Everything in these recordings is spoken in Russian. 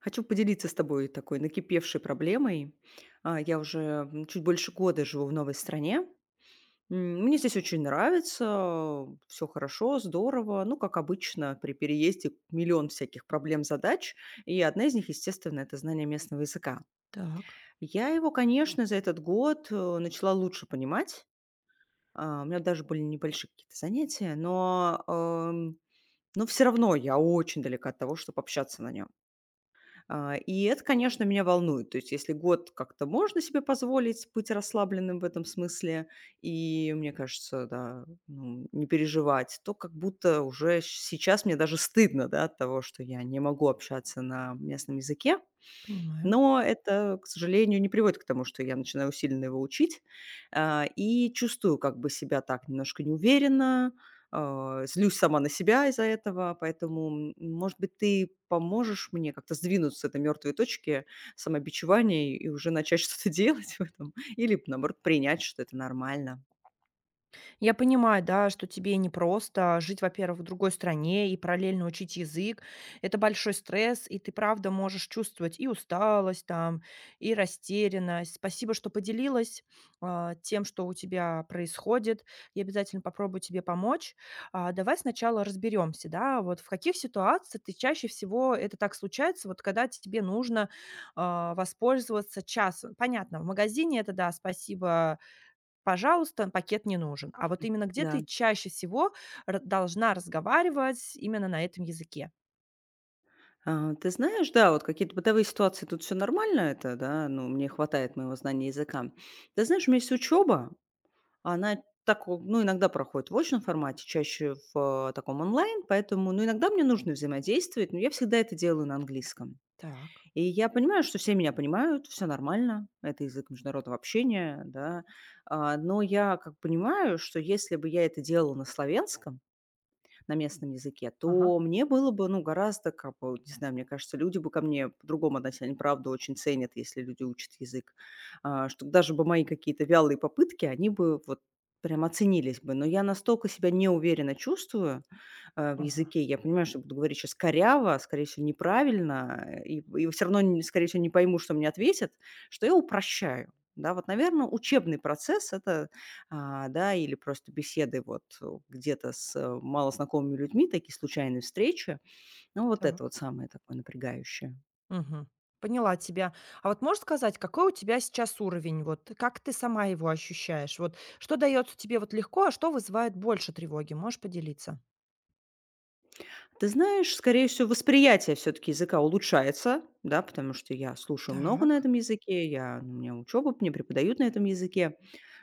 Хочу поделиться с тобой такой накипевшей проблемой. Я уже чуть больше года живу в новой стране. Мне здесь очень нравится, все хорошо, здорово. Ну, как обычно, при переезде миллион всяких проблем, задач, и одна из них, естественно, это знание местного языка. Так, Я его, конечно, за этот год, начала лучше понимать. У меня даже были небольшие какие-то занятия, но все равно я очень далека от того, чтобы общаться на нем. И это, конечно, меня волнует. То есть если год как-то можно себе позволить быть расслабленным в этом смысле и, мне кажется, да, ну, не переживать, то как будто уже сейчас мне даже стыдно, да, от того, что я не могу общаться на местном языке. понимаю. Но это, к сожалению, не приводит к тому, что я начинаю усиленно его учить, и чувствую как бы себя так немножко неуверенно, злюсь сама на себя из-за этого. Поэтому, может быть, ты поможешь мне как-то сдвинуться с этой мертвой точки самобичевания и уже начать что-то делать в этом или, наоборот, принять, что это нормально. Я понимаю, да, что тебе непросто жить, во-первых, в другой стране и параллельно учить язык. Это большой стресс, и ты, правда, можешь чувствовать и усталость там, и растерянность. Спасибо, что поделилась, тем, что у тебя происходит. Я обязательно попробую тебе помочь. Давай сначала разберемся, да, вот в каких ситуациях ты чаще всего это так случается, вот когда тебе нужно воспользоваться часом. Понятно, в магазине это, да, спасибо, пожалуйста, пакет не нужен. А вот именно где Да. ты чаще всего р должна разговаривать именно на этом языке? Ты знаешь, да, вот какие-то бытовые ситуации, тут все нормально это, да, ну, мне хватает моего знания языка. Ты знаешь, у меня есть учеба. Она так, о ну, иногда проходит в очном формате, чаще в таком онлайн, поэтому, ну, иногда мне нужно взаимодействовать, но я всегда это делаю на английском. Так. И я понимаю, что все меня понимают, все нормально, это язык международного общения, да. Но я как понимаю, что если бы я это делала на славянском, на местном языке, Ага, то мне было бы, ну, гораздо, как бы, вот не знаю, мне кажется, люди бы ко мне по-другому относились. Они, правда, очень ценят, если люди учат язык. Что даже бы мои какие-то вялые попытки, они бы вот прям оценились бы. Но я настолько себя неуверенно чувствую в ага. языке. Я понимаю, что буду говорить сейчас коряво, а, скорее всего, неправильно, и, все равно, скорее всего, не пойму, что мне ответят, что я упрощаю. Да, вот, наверное, учебный процесс– это да, или просто беседы вот, где-то с, малознакомыми людьми, такие случайные встречи. Ну, вот это Так. вот самое такое напрягающее. Мгм. Поняла тебя. А вот можешь сказать, какой у тебя сейчас уровень? Вот как ты сама его ощущаешь? Вот что дается тебе вот легко, а что вызывает больше тревоги? Можешь поделиться? Ты знаешь, скорее всего, восприятие все таки языка улучшается, да, потому что я слушаю много на Так. этом языке, я у меня учёба, мне преподают на этом языке.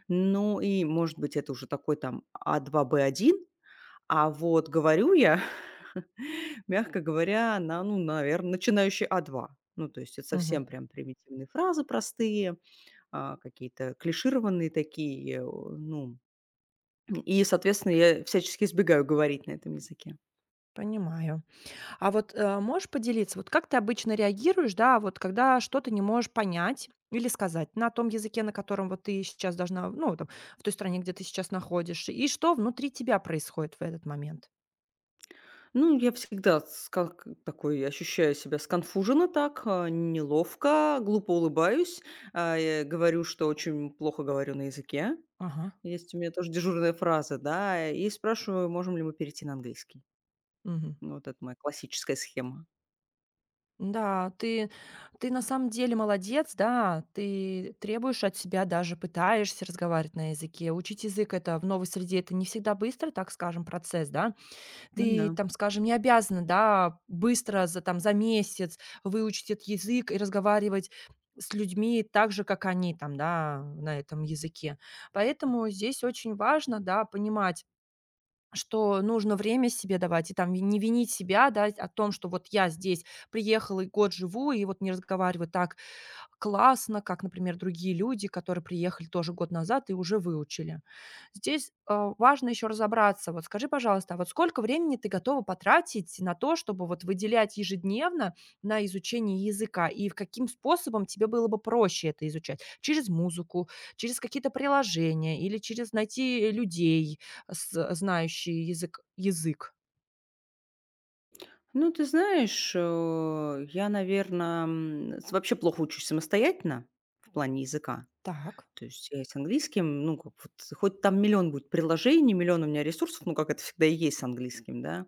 Ну и, может быть, это уже такой там а два б один, а вот говорю я, мягко говоря, на, ну, наверное, начинающий а два. Ну, то есть это Мгм. совсем прям примитивные фразы простые. Какие-то клишированные такие, ну, и, соответственно, я всячески избегаю говорить на этом языке. Понимаю. А вот, можешь поделиться, вот как ты обычно реагируешь, да, вот когда что-то не можешь понять или сказать на том языке, на котором вот ты сейчас должна, ну, там, в той стране, где ты сейчас находишься, и что внутри тебя происходит в этот момент? Ну, я всегда с как такой ощущаю себя сконфуженно так, неловко, глупо улыбаюсь, говорю, что очень плохо говорю на языке. Ага. Есть у меня тоже дежурная фраза, да, и спрашиваю, можем ли мы перейти на английский. Мгм. Ну, вот это моя классическая схема. Да, ты на самом деле молодец, да, ты требуешь от себя, даже пытаешься разговаривать на языке. Учить язык это в новой среде, это не всегда быстро, так скажем, процесс, да, Ну ты да. там, скажем, не обязана, да, быстро за там за месяц выучить этот язык и разговаривать с людьми так же, как они там, да, на этом языке. Поэтому здесь очень важно, да, понимать, что нужно время себе давать и там не винить себя, да, о том, что вот я здесь приехала и год живу и вот не разговариваю так, классно, как, например, другие люди, которые приехали тоже год назад и уже выучили. Здесь, важно еще разобраться. Вот скажи, пожалуйста, а вот сколько времени ты готова потратить на то, чтобы вот выделять ежедневно на изучение языка? И в каким способом тебе было бы проще это изучать? Через музыку, через какие-то приложения или через найти людей, с знающие язык? Ну, ты знаешь, я, наверное, вообще плохо учусь самостоятельно в плане языка. Так. То есть я и с английским, ну, как вот хоть там миллион будет приложений, миллион у меня ресурсов, ну, как это всегда и есть с английским, да,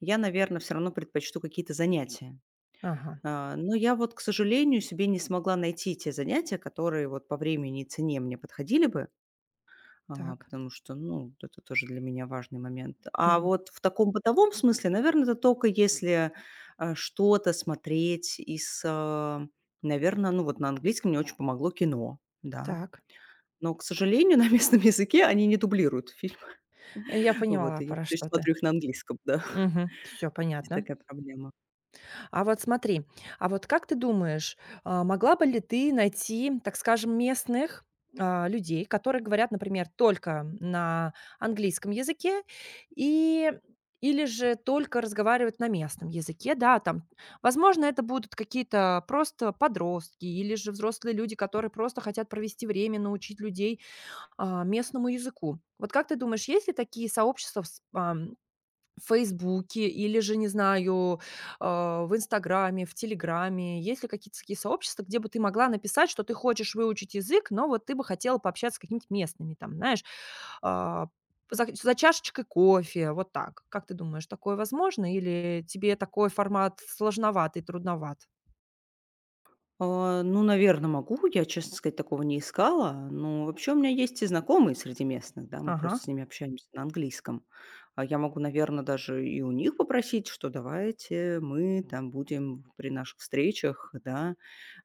я, наверное, все равно предпочту какие-то занятия. Ага, Но я вот, к сожалению, себе не смогла найти те занятия, которые вот по времени и цене мне подходили бы, так. потому что, ну, это тоже для меня важный момент. А Мгм. вот в таком бытовом смысле, наверное, это только если, что-то смотреть из, наверное, ну, вот на английском мне очень помогло кино, да. Так. Но, к сожалению, на местном языке они не дублируют фильмы. Я Вот, поняла, и я про теперь что ты. смотрю их на английском, да. Мгм. Всё Есть понятно. такая проблема. А вот смотри, а вот как ты думаешь, могла бы ли ты найти, так скажем, местных, людей, которые говорят, например, только на английском языке и или же только разговаривают на местном языке, да, там. Возможно, это будут какие-то просто подростки или же взрослые люди, которые просто хотят провести время, научить людей, местному языку. Вот как ты думаешь, есть ли такие сообщества а в "Фейсбуке" или же, не знаю, в "Инстаграме", в "Телеграме"? Есть ли какие-то такие сообщества, где бы ты могла написать, что ты хочешь выучить язык, но вот ты бы хотела пообщаться с какими то местными, там, знаешь, а, за чашечкой кофе, вот так? Как ты думаешь, такое возможно или тебе такой формат сложноватый, трудноват? Ну, наверное, могу. Я, честно сказать, такого не искала. Но вообще у меня есть и знакомые среди местных, да, мы Ага, просто с ними общаемся на английском. А я могу, наверное, даже и у них попросить, что давайте мы там будем при наших встречах, да,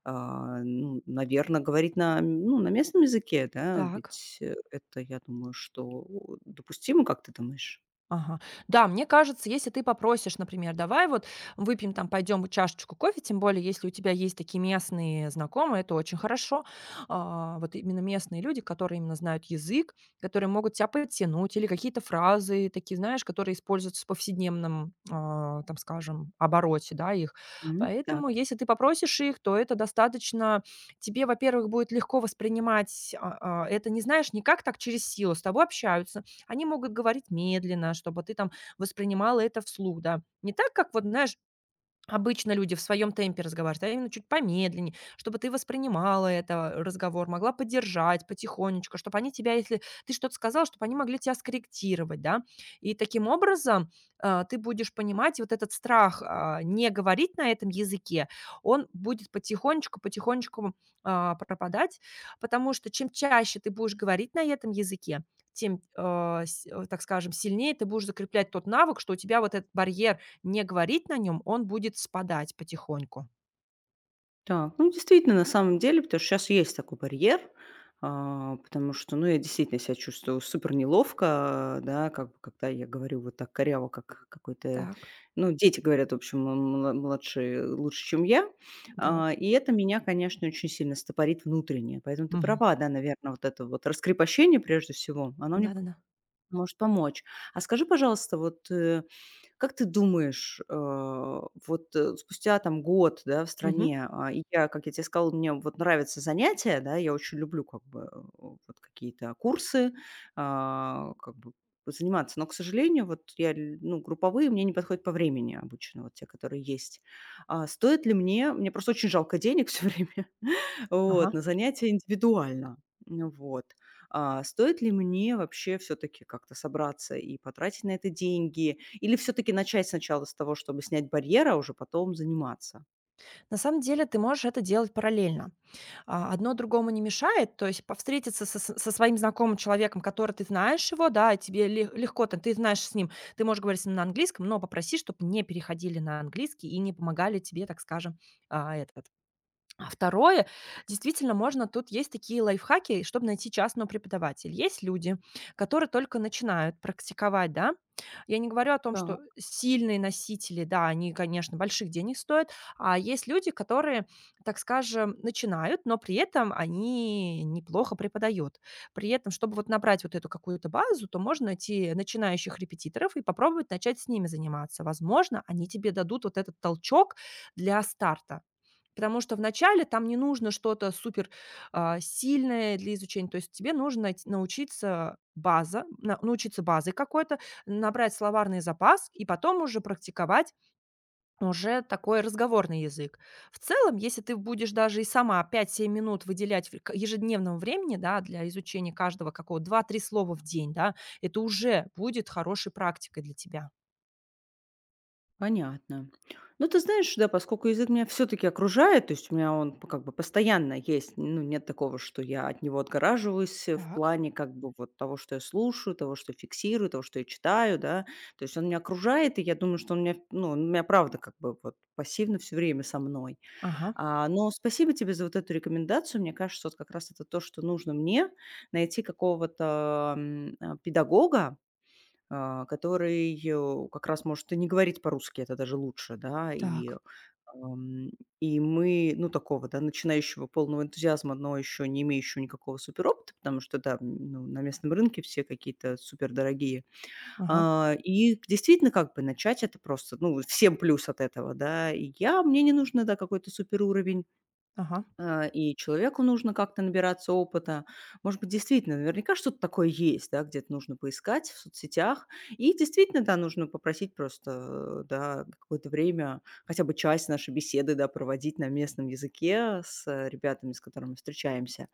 наверное, говорить на местном языке, да, так. ведь, это, я думаю, что допустимо, как ты думаешь? Ага. Да, мне кажется, если ты попросишь, например, давай вот выпьем там, пойдем вот чашечку кофе, тем более, если у тебя есть такие местные знакомые, это очень хорошо. Вот именно местные люди, которые именно знают язык, которые могут тебя подтянуть или какие-то фразы такие, знаешь, которые используются в повседневном, там, скажем, обороте, да, их. Мгм. Так. Поэтому, если ты попросишь их, то это достаточно тебе, во-первых, будет легко воспринимать, это, не знаешь, не как так через силу, с тобой общаются, они могут говорить медленно, чтобы ты там воспринимала это вслух, да. Не так, как вот, знаешь, обычно люди в своем темпе разговаривают, а именно чуть помедленнее, чтобы ты воспринимала это, разговор, могла поддержать потихонечку, чтобы они тебя, если ты что-то сказала, чтобы они могли тебя скорректировать, да. И таким образом, ты будешь понимать, и вот этот страх, не говорить на этом языке, он будет потихонечку, потихонечку, пропадать, потому что чем чаще ты будешь говорить на этом языке, тем, так скажем, сильнее ты будешь закреплять тот навык, что у тебя вот этот барьер не говорить на нем, он будет спадать потихоньку. Так, ну, действительно, на самом деле, потому что сейчас есть такой барьер, потому что, ну, я действительно себя чувствую супер неловко, да, как бы, когда я говорю вот так коряво, как какой-то, Так, ну, дети говорят, в общем, младшие лучше, чем я. так. И это меня, конечно, очень сильно стопорит внутренне. Поэтому ты Мгм. права, да, наверное, вот это вот раскрепощение, прежде всего, оно мне Да-да-да. может помочь. Скажи, пожалуйста, вот, как ты думаешь, вот, спустя там год, да, в Мгм. стране, и я, как я тебе сказала, мне вот нравятся занятия, да, я очень люблю как бы, вот какие-то курсы, как бы заниматься. Но, к сожалению, вот я, ну, групповые мне не подходят по времени обычно, вот те, которые есть. А стоит ли мне просто очень жалко денег все время, Ага. вот, на занятия индивидуально. Ну, вот. А стоит ли мне вообще все-таки как-то собраться и потратить на это деньги, или все таки начать сначала с того, чтобы снять барьер, а уже потом заниматься? На самом деле ты можешь это делать параллельно. Одно другому не мешает, то есть повстретиться со своим знакомым человеком, который ты знаешь его, да, и тебе легко, там, ты знаешь с ним, ты можешь говорить с ним на английском, но попроси, чтобы не переходили на английский и не помогали тебе, так скажем, а, этот а второе, действительно, можно тут есть такие лайфхаки, чтобы найти частного преподавателя. Есть люди, которые только начинают практиковать, да. Я не говорю о том, что Так. сильные носители, да, они, конечно, больших денег стоят, а есть люди, которые, так скажем, начинают, но при этом они неплохо преподают. При этом, чтобы вот набрать вот эту какую-то базу, то можно найти начинающих репетиторов и попробовать начать с ними заниматься. Возможно, они тебе дадут вот этот толчок для старта. Потому что вначале там не нужно что-то супер, сильное для изучения. То есть тебе нужно найти научиться база на научиться базой какой-то, набрать словарный запас и потом уже практиковать уже такой разговорный язык. В целом, если ты будешь даже и сама 5-7 минут выделять в к ежедневного времени, да, для изучения каждого какого два-три слова в день, да, это уже будет хорошей практикой для тебя. Понятно. Ну, ты знаешь, да, поскольку язык меня все таки окружает, то есть у меня он п как бы постоянно есть, ну, нет такого, что я от него отгораживаюсь, в Так. плане как бы вот того, что я слушаю, того, что фиксирую, того, что я читаю, да. То есть он меня окружает, и я думаю, что он меня, ну, он меня правда как бы вот пассивно все время со мной. Ага, Но спасибо тебе за вот эту рекомендацию. Мне кажется, вот как раз это то, что нужно найти какого-то, педагога, который, как раз может и не говорить по-русски, это даже лучше, да. Так, ам, и мы, ну, такого, да, начинающего, полного энтузиазма, но еще не имеющего никакого суперопыта, потому что, да, ну, на местном рынке все какие-то супердорогие. ага, И действительно, как бы начать это просто, ну, всем плюс от этого, да. И я мне не нужно, да, какой-то суперуровень. ага, И человеку нужно как-то набираться опыта. Может быть, действительно, наверняка что-то такое есть, да, где-то нужно поискать в соцсетях. И действительно, да, нужно попросить просто, да, какое-то время, хотя бы часть нашей беседы, да, проводить на местном языке с ребятами, с которыми встречаемся.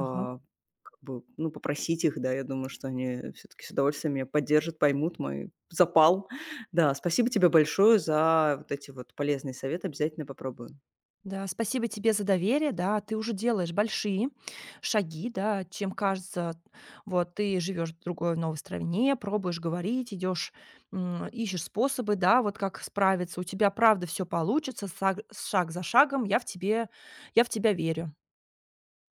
ага. Как бы, ну, попросить их, да, я думаю, что они все-таки с удовольствием меня поддержат, поймут мой запал. Да, спасибо тебе большое за вот эти вот полезные советы, обязательно попробую. Да, спасибо тебе за доверие, да, ты уже делаешь большие шаги, да, чем кажется, вот ты живешь в другой, в новой стране, пробуешь говорить, идешь, ищешь способы, да, вот как справиться. У тебя правда все получится, шаг за шагом, я в тебе, я в тебя верю.